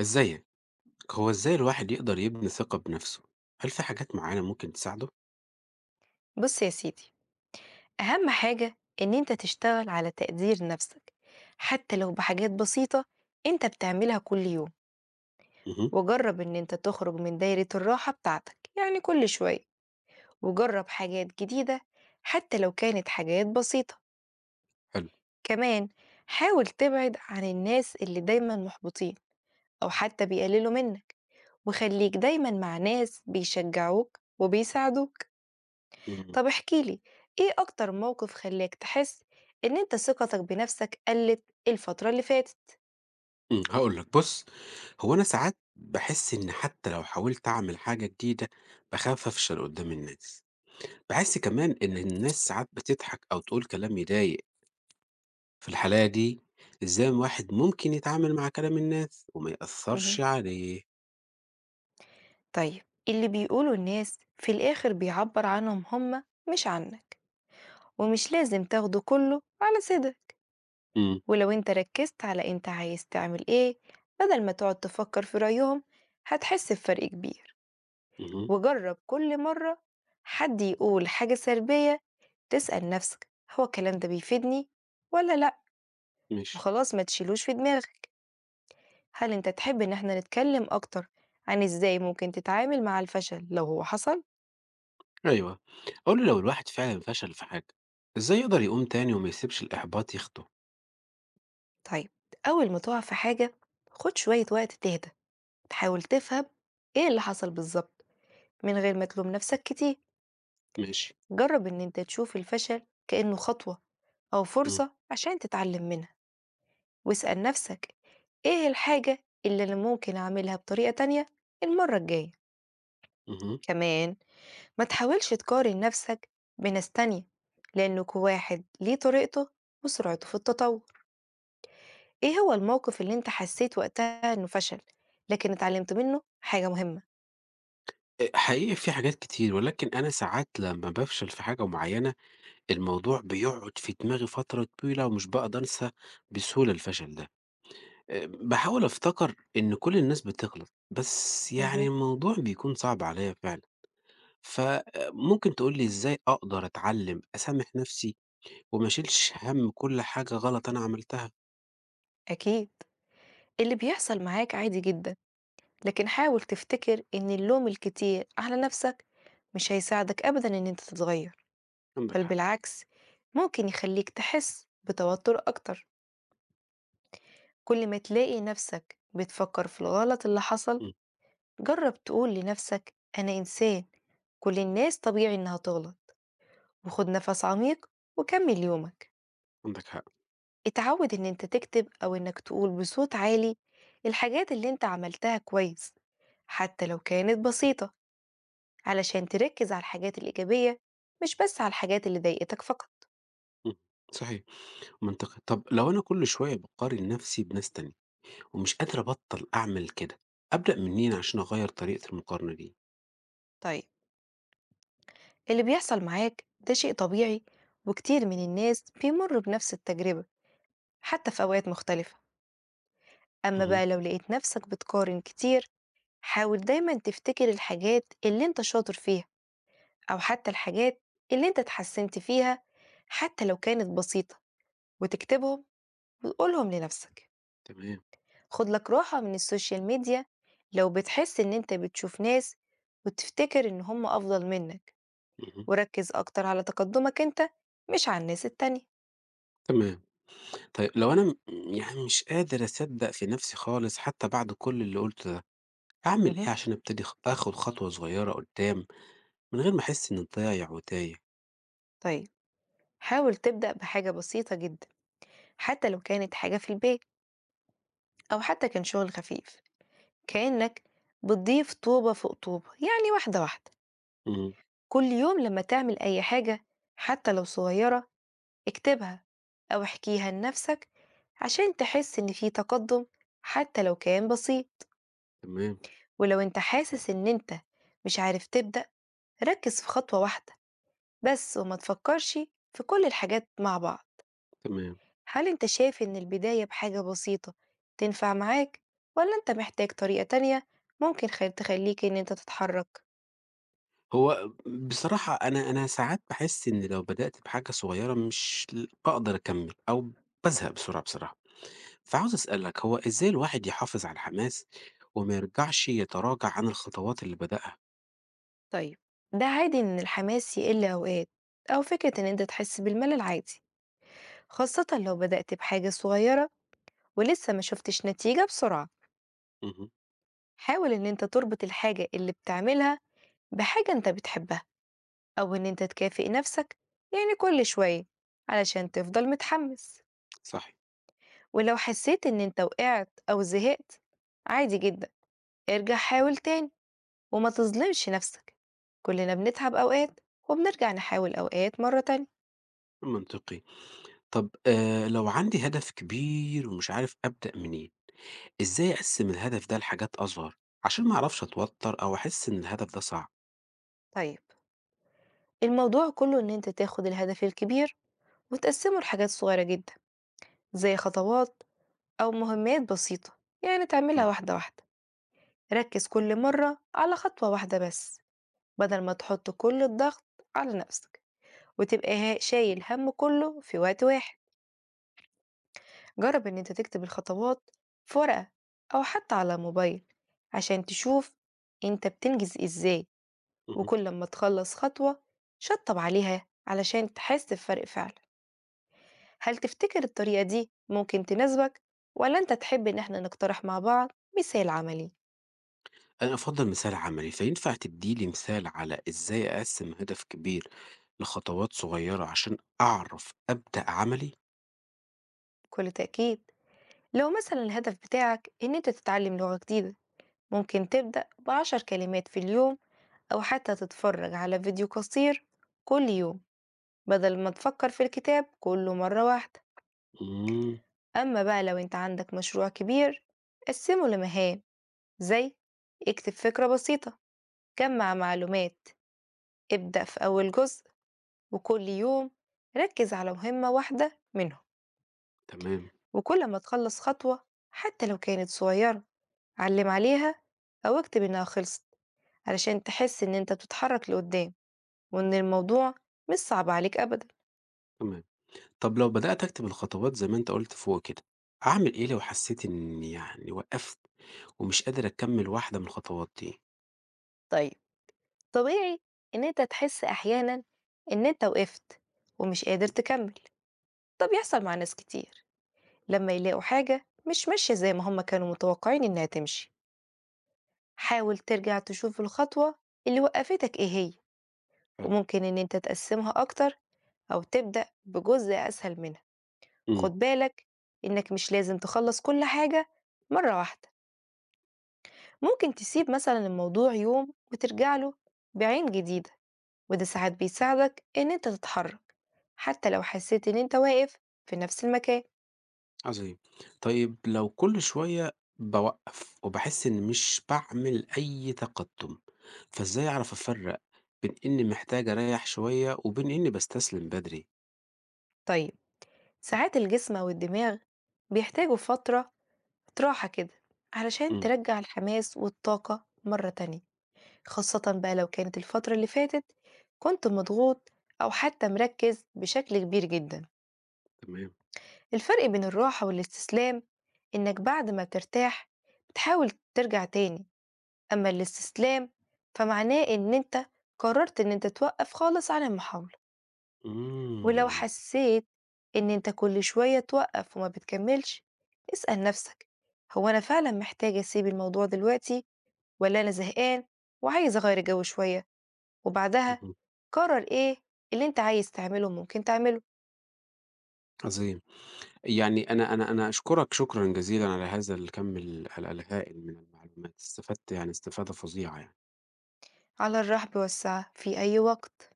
إزيك؟ هو إزاي الواحد يقدر يبني ثقة بنفسه؟ هل في حاجات معينة ممكن تساعده؟ بص يا سيدي، أهم حاجة إن أنت تشتغل على تقدير نفسك حتى لو بحاجات بسيطة أنت بتعملها كل يوم. اهم. وجرب إن أنت تخرج من دايرة الراحة بتاعتك يعني كل شوية، وجرب حاجات جديدة حتى لو كانت حاجات بسيطة. حلو. كمان حاول تبعد عن الناس اللي دايما محبطين أو حتى بيقللوا منك، وخليك دايما مع ناس بيشجعوك وبيساعدوك. إمم، طب احكيلي، ايه اكتر موقف خلاك تحس ان انت ثقتك بنفسك قلت الفترة اللي فاتت؟ إمم، هاقول لك بُص، هو أنا ساعات باحس إن حتى لو حاولت أعمل حاجة جديدة، باخاف أفشل قدّام الناس. باحس كمان إن الناس ساعات بتضحك أو تقول كلام يضايق. في الحالة دي، إزاي الواحد ممكن يتعامل مع كلام الناس وما مهم. يأثّرش عليه؟ طيب، اللي بيقوله الناس في الاخر بيعبر عنهم هما، مش عنك، ومش لازم تاخده كله على صدق. إمم. ولو انت ركزت على انت عايز تعمل ايه بدل ما تقعد تفكر في رأيهم، هتحس بفرق كبير. اهم. وجرب كل مرة حد يقول حاجة سلبية، تسأل نفسك هو الكلام ده بيفيدني ولا لأ، ماشي. وخلاص ما تشيلوش في دماغك. هل أنت تحب إن إحنا نتكلم أكتر عن إزاي ممكن تتعامل مع الفشل لو هو حصل؟ أيوه، أقول له لو الواحد فعلًا فشل في حاجة، إزاي يقدر يقوم تاني وما يسيبش الإحباط ياخده؟ طيب، أول ما تقع في حاجة، خد شوية وقت تهدى، تحاول تفهم إيه اللي حصل بالظبط من غير ما تلوم نفسك كتير. ماشي. جرب إن أنت تشوف الفشل كأنه خطوة أو إمم. فرصة عشان تتعلم منها، واسأل نفسك إيه الحاجة اللي أنا ممكن أعملها بطريقة تانية المرة الجاية. اهم. كمان ما تحاولش تقارن نفسك بناس تانية، لأن كل واحد ليه طريقته وسرعته في التطور. إيه هو الموقف اللي أنت حسيت وقتها إنه فشل لكن اتعلمت منه حاجة مهمة؟ حقيقي في حاجات كتير، ولكن أنا ساعات لمّا بافشل في حاجة معينة، الموضوع بيقعد في دماغي فترة طويلة ومش باقدر أنسى بسهولة الفشل ده. باحاول أفتكر إن كل الناس بتغلط، بس يعني مهم. الموضوع بيكون صعب عليَّ فعلًا، فممكن تقول لي إزاي أقدر أتعلم أسامح نفسي وما أشيلش هَم كل حاجة غلط أنا عملتها؟ أكيد اللي بيحصل معاك عادي جدا، لكن حاول تفتكر إن اللوم الكتير على نفسك مش هيساعدك أبدا إن أنت تتغير. عندك بل حق. بالعكس، ممكن يخليك تحس بتوتر أكتر كل ما تلاقي نفسك بتفكر في الغلط اللي حصل. إمم. جرب تقول لنفسك أنا إنسان، كل الناس طبيعي إنها تغلط، وخد نفس عميق وكمل يومك. عندك حق. اتعود إن أنت تكتب أو إنك تقول بصوت عالي الحاجات اللي أنت عملتها كويس حتى لو كانت بسيطة، علشان تركز على الحاجات الإيجابية، مش بس على الحاجات اللي ضايقتك فقط. إمم. صحيح. منطقي. طب لو أنا كل شوية باقارن نفسي بناس تانية ومش قادر أبطّل أعمل كده، أبدأ منين عشان أغيّر طريقة المقارنة دي؟ طيب، اللي بيحصل معاك ده شيء طبيعي، وكتير من الناس بيمروا بنفس التجربة حتى في أوقات مختلفة. أما اهم. بقى لو لقيت نفسك بتقارن كتير، حاول دايما تفتكر الحاجات اللي انت شاطر فيها، أو حتى الحاجات اللي انت اتحسنت فيها حتى لو كانت بسيطة، وتكتبهم وتقولهم لنفسك. تمام. خد لك راحة من السوشيال ميديا لو بتحس ان انت بتشوف ناس وتفتكر ان هم أفضل منك، اهم. وركز أكتر على تقدمك انت، مش على الناس التانية. تمام. طيب لو أنا يعني مش قادر أصدّق في نفسي خالص حتى بعد كل اللي قُلته ده، أعمل مهم. إيه عشان أبتدي آخُد خطوة صغيّرة قدّام من غير ما أحس إنّي ضايع وتايه؟ طيب، حاول تبدأ بحاجة بسيطة جدا، حتى لو كانت حاجة في البيت أو حتى كان شغل خفيف، كأنك بتضيف طوبة فوق طوبة يعني واحدة واحدة. إمم. كل يوم لما تعمل أي حاجة حتى لو صغيرة، اكتبها أو احكيها لنفسك عشان تحس إن في تقدم حتى لو كان بسيط. تمام. ولو انت حاسس إن انت مش عارف تبدأ، ركز في خطوة واحدة بس وما تفكرش في كل الحاجات مع بعض. تمام. هل انت شايف إن البداية بحاجة بسيطة تنفع معاك، ولا انت محتاج طريقة تانية ممكن تخليك إن انت تتحرك؟ هو بصراحة أنا ساعات باحس إن لو بدأت بحاجة صغيرة مش باقدر أكمّل أو بازهق بسرعة بصراحة، فعاوز أسألك هو إزاي الواحد يحافظ على الحماس وما يرجعش يتراجع عن الخطوات اللي بدأها؟ طيب، ده عادي إن الحماس يقل أوقات، أو فكرة إن أنت تحس بالملل عادي، خاصة لو بدأت بحاجة صغيرة ولسه ما شفتش نتيجة بسرعة. اهم. حاول إن أنت تربط الحاجة اللي بتعملها بحاجة أنت بتحبها، أو إن أنت تكافئ نفسك يعني كل شوية علشان تفضل متحمس. صحيح. ولو حسيت إن أنت وقعت أو زهقت، عادي جدا، ارجع حاول تاني وما تظلمش نفسك. كلنا بنتعب أوقات وبنرجع نحاول أوقات مرة تانية. منطقي. طب لو عندي هدف كبير ومش عارف أبدأ منين، إزاي أقسّم الهدف ده لحاجات أصغر عشان ما أعرفش أتوتر أو أحس إن الهدف ده صعب؟ طيب، الموضوع كله إن أنت تاخد الهدف الكبير وتقسمه لحاجات صغيرة جدا، زي خطوات أو مهمات بسيطة، يعني تعملها إمم. واحدة واحدة. ركز كل مرة على خطوة واحدة بس، بدل ما تحط كل الضغط على نفسك وتبقى شايل إمم. هم كله في وقت واحد. جرب إن أنت تكتب الخطوات في ورقة أو حتى على موبايل عشان تشوف أنت بتنجز إزاي. اهم. وكل ما تخلص خطوة شطب عليها علشان تحس بفرق فعلا. هل تفتكر الطريقة دي ممكن تناسبك، ولا أنت تحب إن احنا نقترح مع بعض مثال عملي؟ أنا أفضل مثال عملي، فينفع تدّي لي مثال على إزاي أقسّم هدف كبير لخطوات صغيرة عشان أعرف أبدأ عملي؟ بكل تأكيد. لو مثلا الهدف بتاعك إن أنت تتعلم لغة جديدة، ممكن تبدأ بـ10 كلمات في اليوم، أو حتى تتفرج على فيديو قصير كل يوم، بدل ما تفكر في الكتاب كله مرة واحدة. إمم. أما بقى لو أنت عندك مشروع كبير، قسمه لمهام، زي اكتب فكرة بسيطة، جمع معلومات، ابدأ في أول جزء، وكل يوم ركز على مهمة واحدة منهم. تمام. وكل ما تخلص خطوة حتى لو كانت صغيرة، علم عليها أو اكتب إنها خلصت، علشان تحس إن أنت بتتحرك لقدام، وإن الموضوع مش صعب عليك أبدا. تمام. طب لو بدأت أكتب الخطوات زي ما أنت قُلت فوق كده، أعمل إيه لو حسّيت إنّي يعني وقّفت ومش قادر أكمّل واحدة من الخطوات دي؟ طيب، طبيعي إن أنت تحس أحيانا إن أنت وقفت ومش قادر تكمل. ده بيحصل مع ناس كتير لما يلاقوا حاجة مش ماشية زي ما هما كانوا متوقعين إنها تمشي. حاول ترجع تشوف الخطوة اللي وقفتك إيه هي، حلو. وممكن إن أنت تقسمها أكتر أو تبدأ بجزء أسهل منها. إمم. خد بالك إنك مش لازم تخلص كل حاجة مرة واحدة. ممكن تسيب مثلا الموضوع يوم وترجع له بعين جديدة، وده ساعات بيساعدك إن أنت تتحرك حتى لو حسيت إن أنت واقف في نفس المكان. عظيم. طيب لو كل شوية باوقّف وباحس إني مش باعمل أي تقدُّم، فإزاي أعرف أفرّق بين إني محتاج أريّح شوية وبين إني باستسلم بدري؟ طيب، ساعات الجسم أو الدماغ بيحتاجوا فترة راحة كده، علشان إمم. ترجع الحماس والطاقة مرة تانية، خاصة بقى لو كانت الفترة اللي فاتت كنت مضغوط أو حتى مركز بشكل كبير جدا. تمام. الفرق بين الراحة والاستسلام إنك بعد ما بترتاح بتحاول ترجع تاني، أما الاستسلام فمعناه إن أنت قررت إن أنت توقف خالص عن المحاولة. ولو إمم. حسيت إن أنت كل شوية توقف وما بتكملش، اسأل نفسك هو أنا فعلا محتاج أسيب الموضوع دلوقتي، ولا أنا زهقان وعايز أغير جو شوية، وبعدها اهم. قرر إيه اللي أنت عايز تعمله ممكن تعمله. عظيم. يعني أنا أشكرك شكرًا جزيلًا على هذا الكَم ال الهائل من المعلومات، استفدت يعني استفادة فظيعة يعني. على الرحب والسعة في أي وقت.